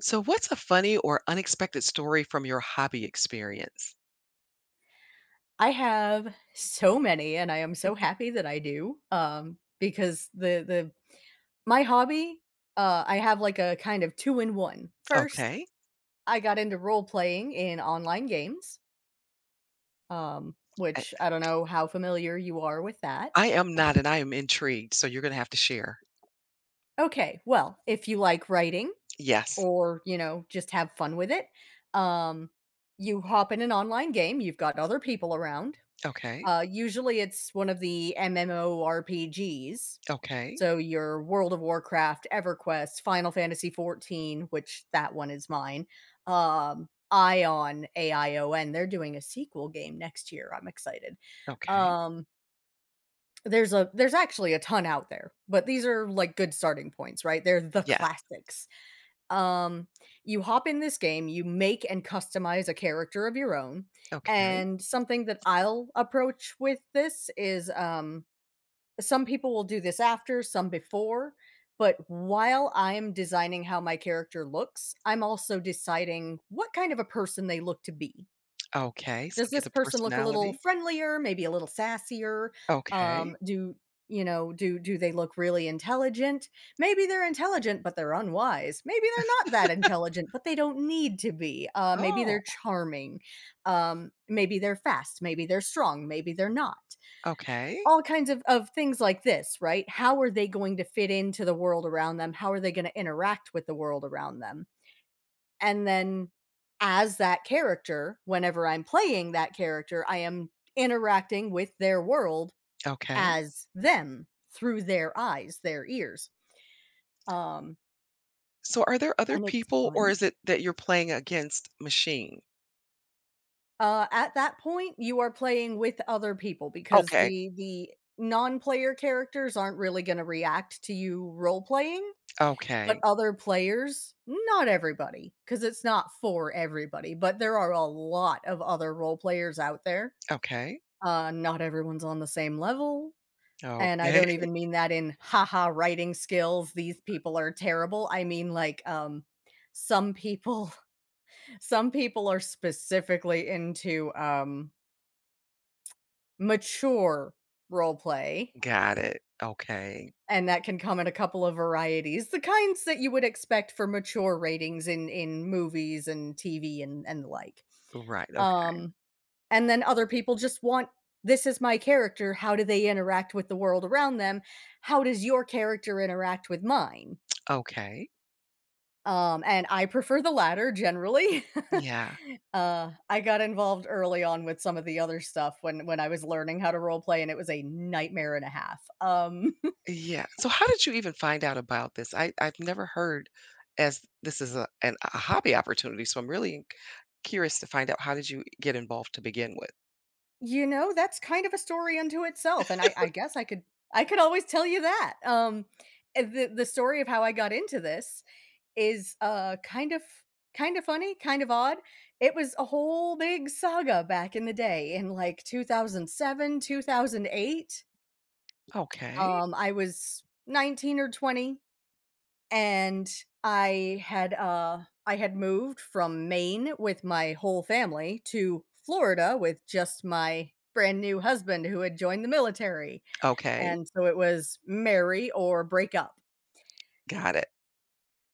So, what's a funny or unexpected story from your hobby experience? I have so many, and I am so happy that I do, because the my hobby, I have like a kind of two in one. First, Okay. I got into role playing in online games, I which I don't know how familiar you are with that. I am not, and I am intrigued. So, you're going to have to share. Okay, well, if you like writing Yes. or just have fun with it, um, you hop in an online game. You've got other people around. Okay. Usually it's one of the MMORPGs. Okay. So your World of Warcraft, EverQuest, Final Fantasy 14, which that one is mine. Ion, AION, they're doing a sequel game next year. I'm excited. Okay. Um, there's actually a ton out there, but these are like good starting points, right? They're the Yes. classics. Um, you hop in this game, you make and customize a character of your own, Okay. and something that I'll approach with this is, some people will do this after, some before, but while I'm designing how my character looks, I'm also deciding what kind of a person they look to be. Okay. So, Does get this the person look a little personality. friendlier, maybe a little sassier? Okay. Do you know, do do they look really intelligent? Maybe they're intelligent, but they're unwise. Maybe they're not that intelligent, but they don't need to be. Maybe Oh, they're charming. Maybe they're fast. Maybe they're strong. Maybe they're not. okay. All kinds of things like this, right? How are they going to fit into the world around them? How are they going to interact with the world around them? And then as that character, whenever I'm playing that character, I am interacting with their world Okay. as them through their eyes, their ears. Um, So, are there other and it's people, or fun. is it that you're playing against machine? At that point, you are playing with other people because Okay. the non-player characters aren't really going to react to you role playing, but Okay. other players, not everybody, because it's not for everybody, but there are a lot of other role players out there. Okay. Not everyone's on the same level, and I Okay. don't even mean that in, "Ha ha, writing skills, these people are terrible." I mean, like, some people some people are specifically into, mature role play, Got it. Okay. and that can come in a couple of varieties, the kinds that you would expect for mature ratings in movies and TV and the like. Right. Okay. Um And then other people just want, this is my character: how do they interact with the world around them? How does your character interact with mine? Okay. And I prefer the latter generally. Yeah. I got involved early on with some of the other stuff when I was learning how to role play, and it was a nightmare and a half. Yeah. So how did you even find out about this? I've never heard as this is a an, a hobby opportunity, so I'm really curious to find out how did you get involved to begin with? That's kind of a story unto itself, and I guess I could always tell you that. The story of how I got into this is, kind of funny, kind of odd. It was a whole big saga back in the day in, like, 2007, 2008. Okay. I was 19 or 20, and I had, uh I had moved from Maine with my whole family to Florida with just my brand new husband who had joined the military, Okay. and so it was marry or break up. Got it.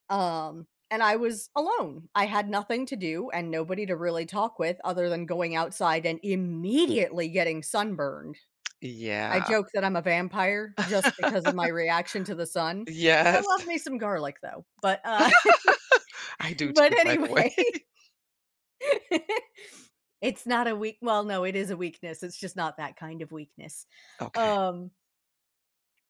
And I was alone. I had nothing to do and nobody to really talk with other than going outside and immediately getting sunburned. I Yeah. joke that I'm a vampire just because of my reaction to the sun. I Yes. love me some garlic though. But I do But too, by the way. anyway, it's not a weak well, No, it is a weakness. It's just not that kind of weakness. Okay. Um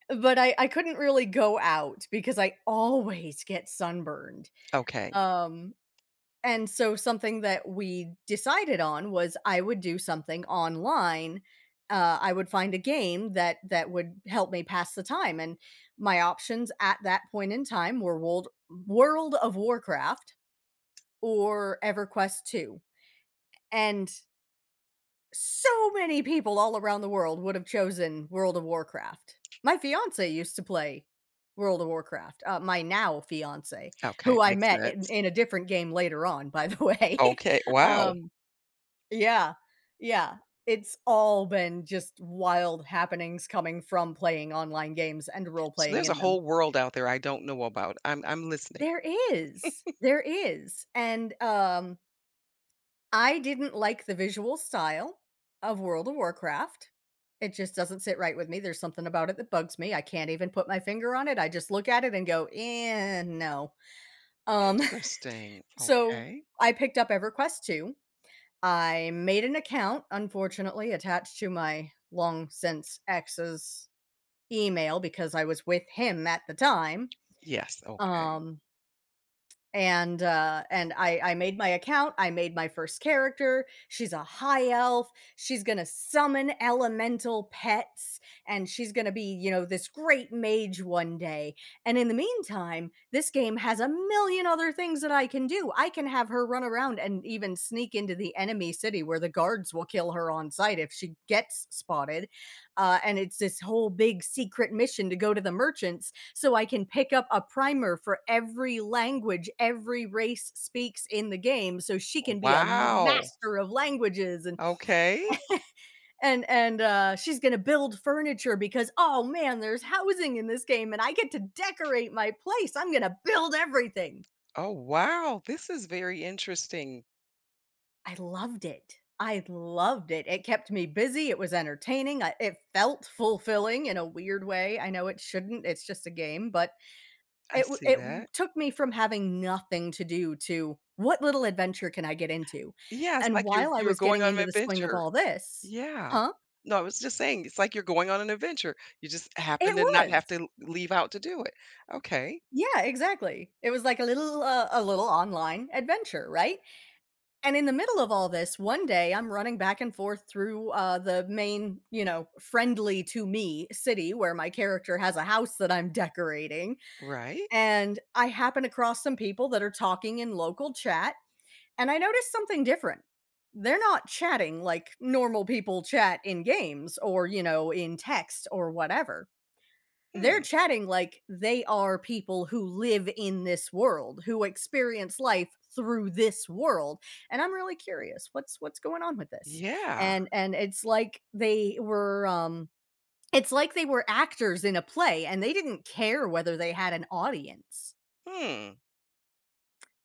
but I couldn't really go out because I always get sunburned. Okay. Um And so something that we decided on was I would do something online. I would find a game that would help me pass the time, and my options at that point in time were World of Warcraft or EverQuest 2. And so many people all around the world would have chosen World of Warcraft. My fiance used to play World of Warcraft. My now fiance, Okay. who I Makes met in, sense. in a different game later on, by the way. Okay. Wow. um, yeah. Yeah. It's all been just wild happenings coming from playing online games and role So playing there's a in them. whole world out there I don't know about. I'm listening. There is. There is. And, I didn't like the visual style of World of Warcraft. It just doesn't sit right with me. There's something about it that bugs me. I can't even put my finger on it. I just look at it and go, "Eh, no." Um, Interesting. so Okay. I picked up EverQuest 2. I made an account, unfortunately, attached to my long since ex's email because I was with him at the time. Yes. Okay. Um, and I made my account. I made my first character. She's a high elf. She's gonna summon elemental pets, and she's gonna be, this great mage one day. And in the meantime, this game has a million other things that I can do. I can have her run around and even sneak into the enemy city where the guards will kill her on sight if she gets spotted. And it's this whole big secret mission to go to the merchants, so I can pick up a primer for every language every race speaks in the game, so she can be a Wow. master of languages, Okay. and she's going to build furniture because, oh man, there's housing in this game, and I get to decorate my place. I'm going to build everything. Oh, wow, this is very interesting. I loved it. I loved it. It kept me busy. It was entertaining. It felt fulfilling in a weird way. I know it shouldn't. It's just a game, but I It w see it that. took me from having nothing to do to, "What little adventure can I get into?" Yes, And like you're while I you're was going getting on into an the swing of adventure. all this. Yeah. Huh? No, I was just saying, it's like you're going on an adventure. You just It happen to not have was. to l leave out to do it. Okay, Yeah, exactly. It was like a little online adventure, right? And in the middle of all this, one day, I'm running back and forth through, the main, friendly to me city where my character has a house that I'm decorating, right? and I happen across some people that are talking in local chat. And I noticed something different. They're not chatting like normal people chat in games or, in text or whatever. They're Hmm, chatting like they are people who live in this world, who experience life through this world. And I'm really curious what's going on with this. yeah. And it's like they were actors in a play, and they didn't care whether they had an audience. Hmm.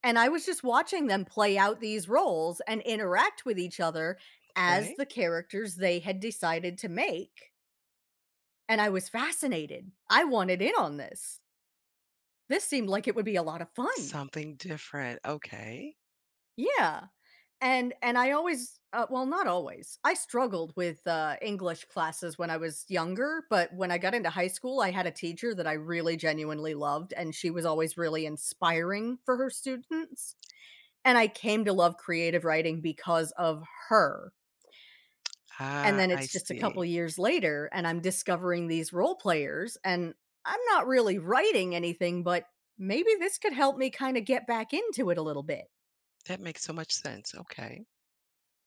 And I was just watching them play out these roles and interact with each other as Okay. the characters they had decided to make, and I was fascinated. I wanted in on this. This seemed like it would be a lot of fun. Something different, okay. Yeah, and I always well, not always. I struggled with, English classes when I was younger, but when I got into high school, I had a teacher that I really genuinely loved, and she was always really inspiring for her students, and I came to love creative writing because of her. And Ah, then I it's just a couple see. years later, and I'm discovering these role players, and I'm not really writing anything, but maybe this could help me kinda get back into it a little bit. That makes so much sense, okay.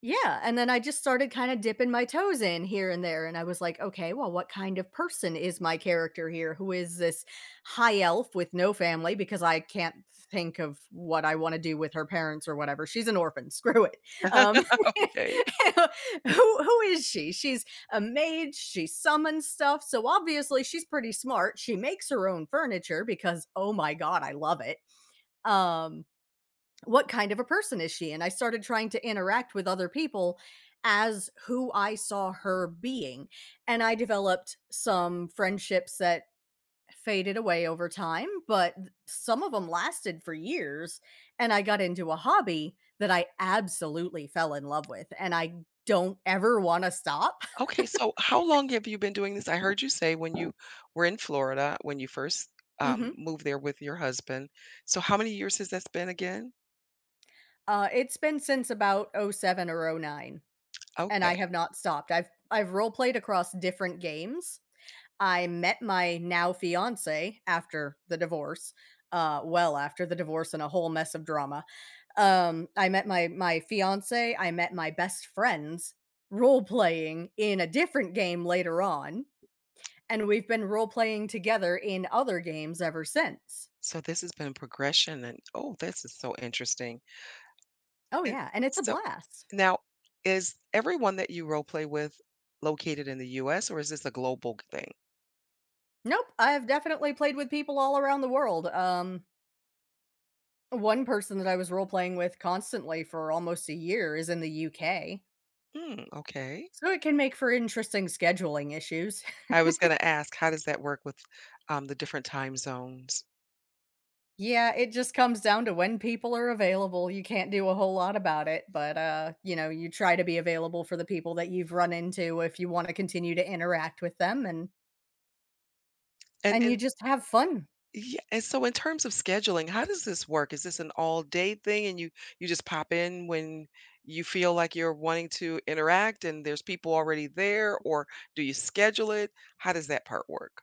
Yeah, and then I just started kinda dipping my toes in here and there, and I was like, "Okay, well, what kind of person is my character here? Who is this high elf with no family?" Because I can't think of what I wanna do with her parents or whatever. She's an orphan, screw it. Um, Okay. who is she? She's a mage, she summons stuff, so obviously she's pretty smart. She makes her own furniture because, oh my god, I love it. Um, what kind of a person is she? And I started trying to interact with other people as who I saw her being. And I developed some friendships that faded away over time, but some of them lasted for years. And I got into a hobby that I absolutely fell in love with. And I don't ever want to stop. Okay, so how long have you been doing this? I heard you say when you were in Florida, when you first hmm moved there with your husband. So how many years has that been again? It's been since about '07 or '09. And Okay, I have not stopped. I've role played across different games. I met my now fiance after the divorce. Well, after the divorce and a whole mess of drama. I met my fiance. I met my best friends role playing in a different game later on, and we've been role playing together in other games ever since. so this has been progression, and oh, this is so interesting. Oh And yeah, and it's a so blast. now, is everyone that you role play with located in the U.S. or is this a global thing? Nope, I've definitely played with people all around the world. One person that I was role playing with constantly for almost a year is in the UK, Hmm, okay. so it can make for interesting scheduling issues. I was going to ask, how does that work with the different time zones? Yeah, it just comes down to when people are available. You can't do a whole lot about it, but, you know, you try to be available for the people that you've run into if you wanna continue to interact with them, And and you and just have fun. yeah, and so in terms of scheduling, how does this work? Is this an all day thing and you just pop in when you feel like you're wanting to interact and there's people already there, or do you schedule it? How does that part work?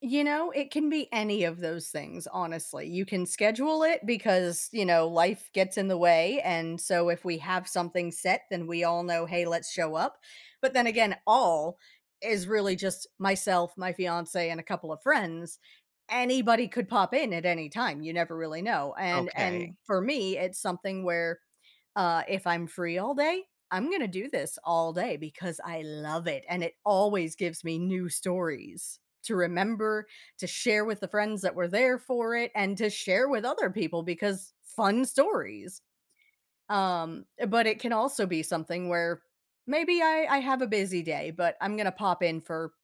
You know, it can be any of those things, honestly. You can schedule it because, you know, life gets in the way. And so if we have something set, then we all know, hey, let's show up. But then again, all is really just myself, my fiance, and a couple of friends. Anybody could pop in at any time. You never really know. And Okay, and for me, it's something where if I'm free all day, I'm gonna do this all day because I love it, and it always gives me new stories to remember, to share with the friends that were there for it, and to share with other people because fun stories. But it can also be something where maybe I have a busy day, but I'm gonna pop in for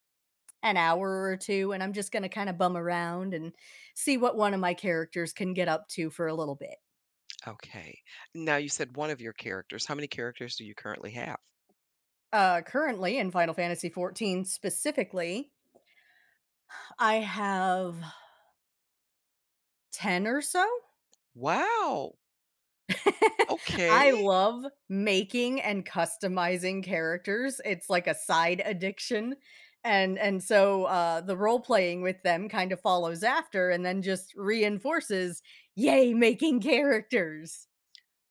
an hour or two, and I'm just gonna kind of bum around and see what one of my characters can get up to for a little bit. okay. Now you said one of your characters. How many characters do you currently have? Currently in Final Fantasy 14 specifically, I have 10 or so. Wow. I Okay. love making and customizing characters. It's like a side addiction. And so the role playing with them kind of follows after and then just reinforces, yay, making characters.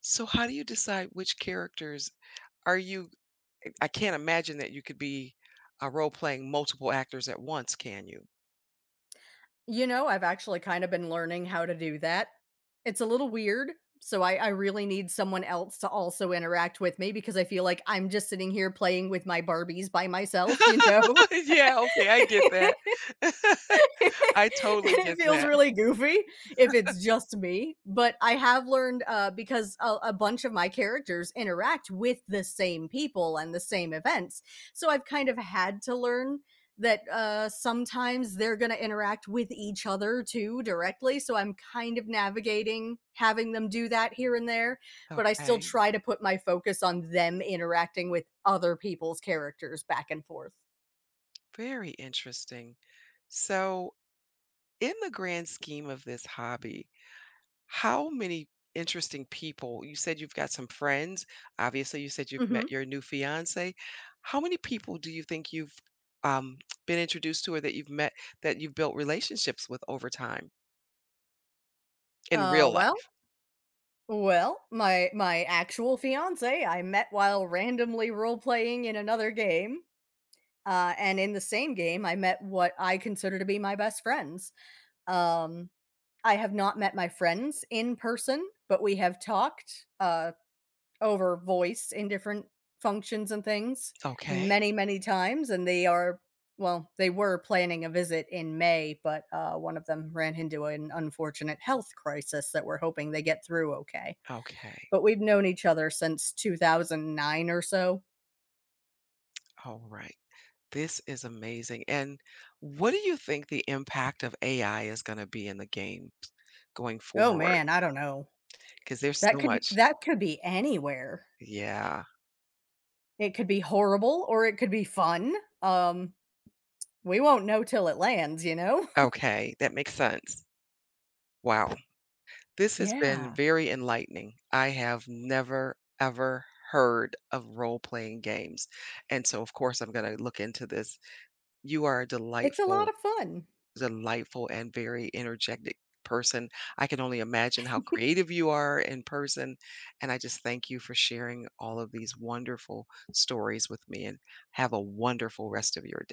So how do you decide which characters are you? I can't imagine that you could be role playing multiple actors at once, can you? You know, I've actually kind of been learning how to do that. It's a little weird, so I really need someone else to also interact with me because I feel like I'm just sitting here playing with my Barbies by myself, you know? Yeah, okay, I get that. And I totally it get feels that. really goofy if it's just me. But I have learned because a bunch of my characters interact with the same people and the same events. So I've kind of had to learn that sometimes they're going to interact with each other too directly. So I'm kind of navigating having them do that here and there. But I still Okay, try to put my focus on them interacting with other people's characters back and forth. very interesting. So, in the grand scheme of this hobby, how many interesting people, you said you've got some friends, obviously you said you've Hmm. met your new fiance. How many people do you think you've, um, been introduced to or that you've met that you've built relationships with over time in Uh, real well, life? Well, my actual fiance I met while randomly role playing in another game, and in the same game, I met what I consider to be my best friends. Um, I have not met my friends in person, but we have talked over voice in different functions and things Okay, many, many times, and they are well, they were planning a visit in May, but one of them ran into an unfortunate health crisis that we're hoping they get through okay, okay, but we've known each other since 2009 or so. alright. This is amazing, and what do you think the impact of AI is gonna be in the games going Oh forward? man, I don't know. Because there's so much. That could be anywhere. Yeah. It could be horrible or it could be fun. Um, we won't know till it lands, you know? Okay, that makes sense. Wow. This has been Yeah. very enlightening. I have never, ever heard of role-playing games, and so, of course, I'm gonna look into this. You are a It's a lot of fun. delightful and very energetic person. I can only imagine how creative you are in person, and I just thank you for sharing all of these wonderful stories with me, and have a wonderful rest of your day.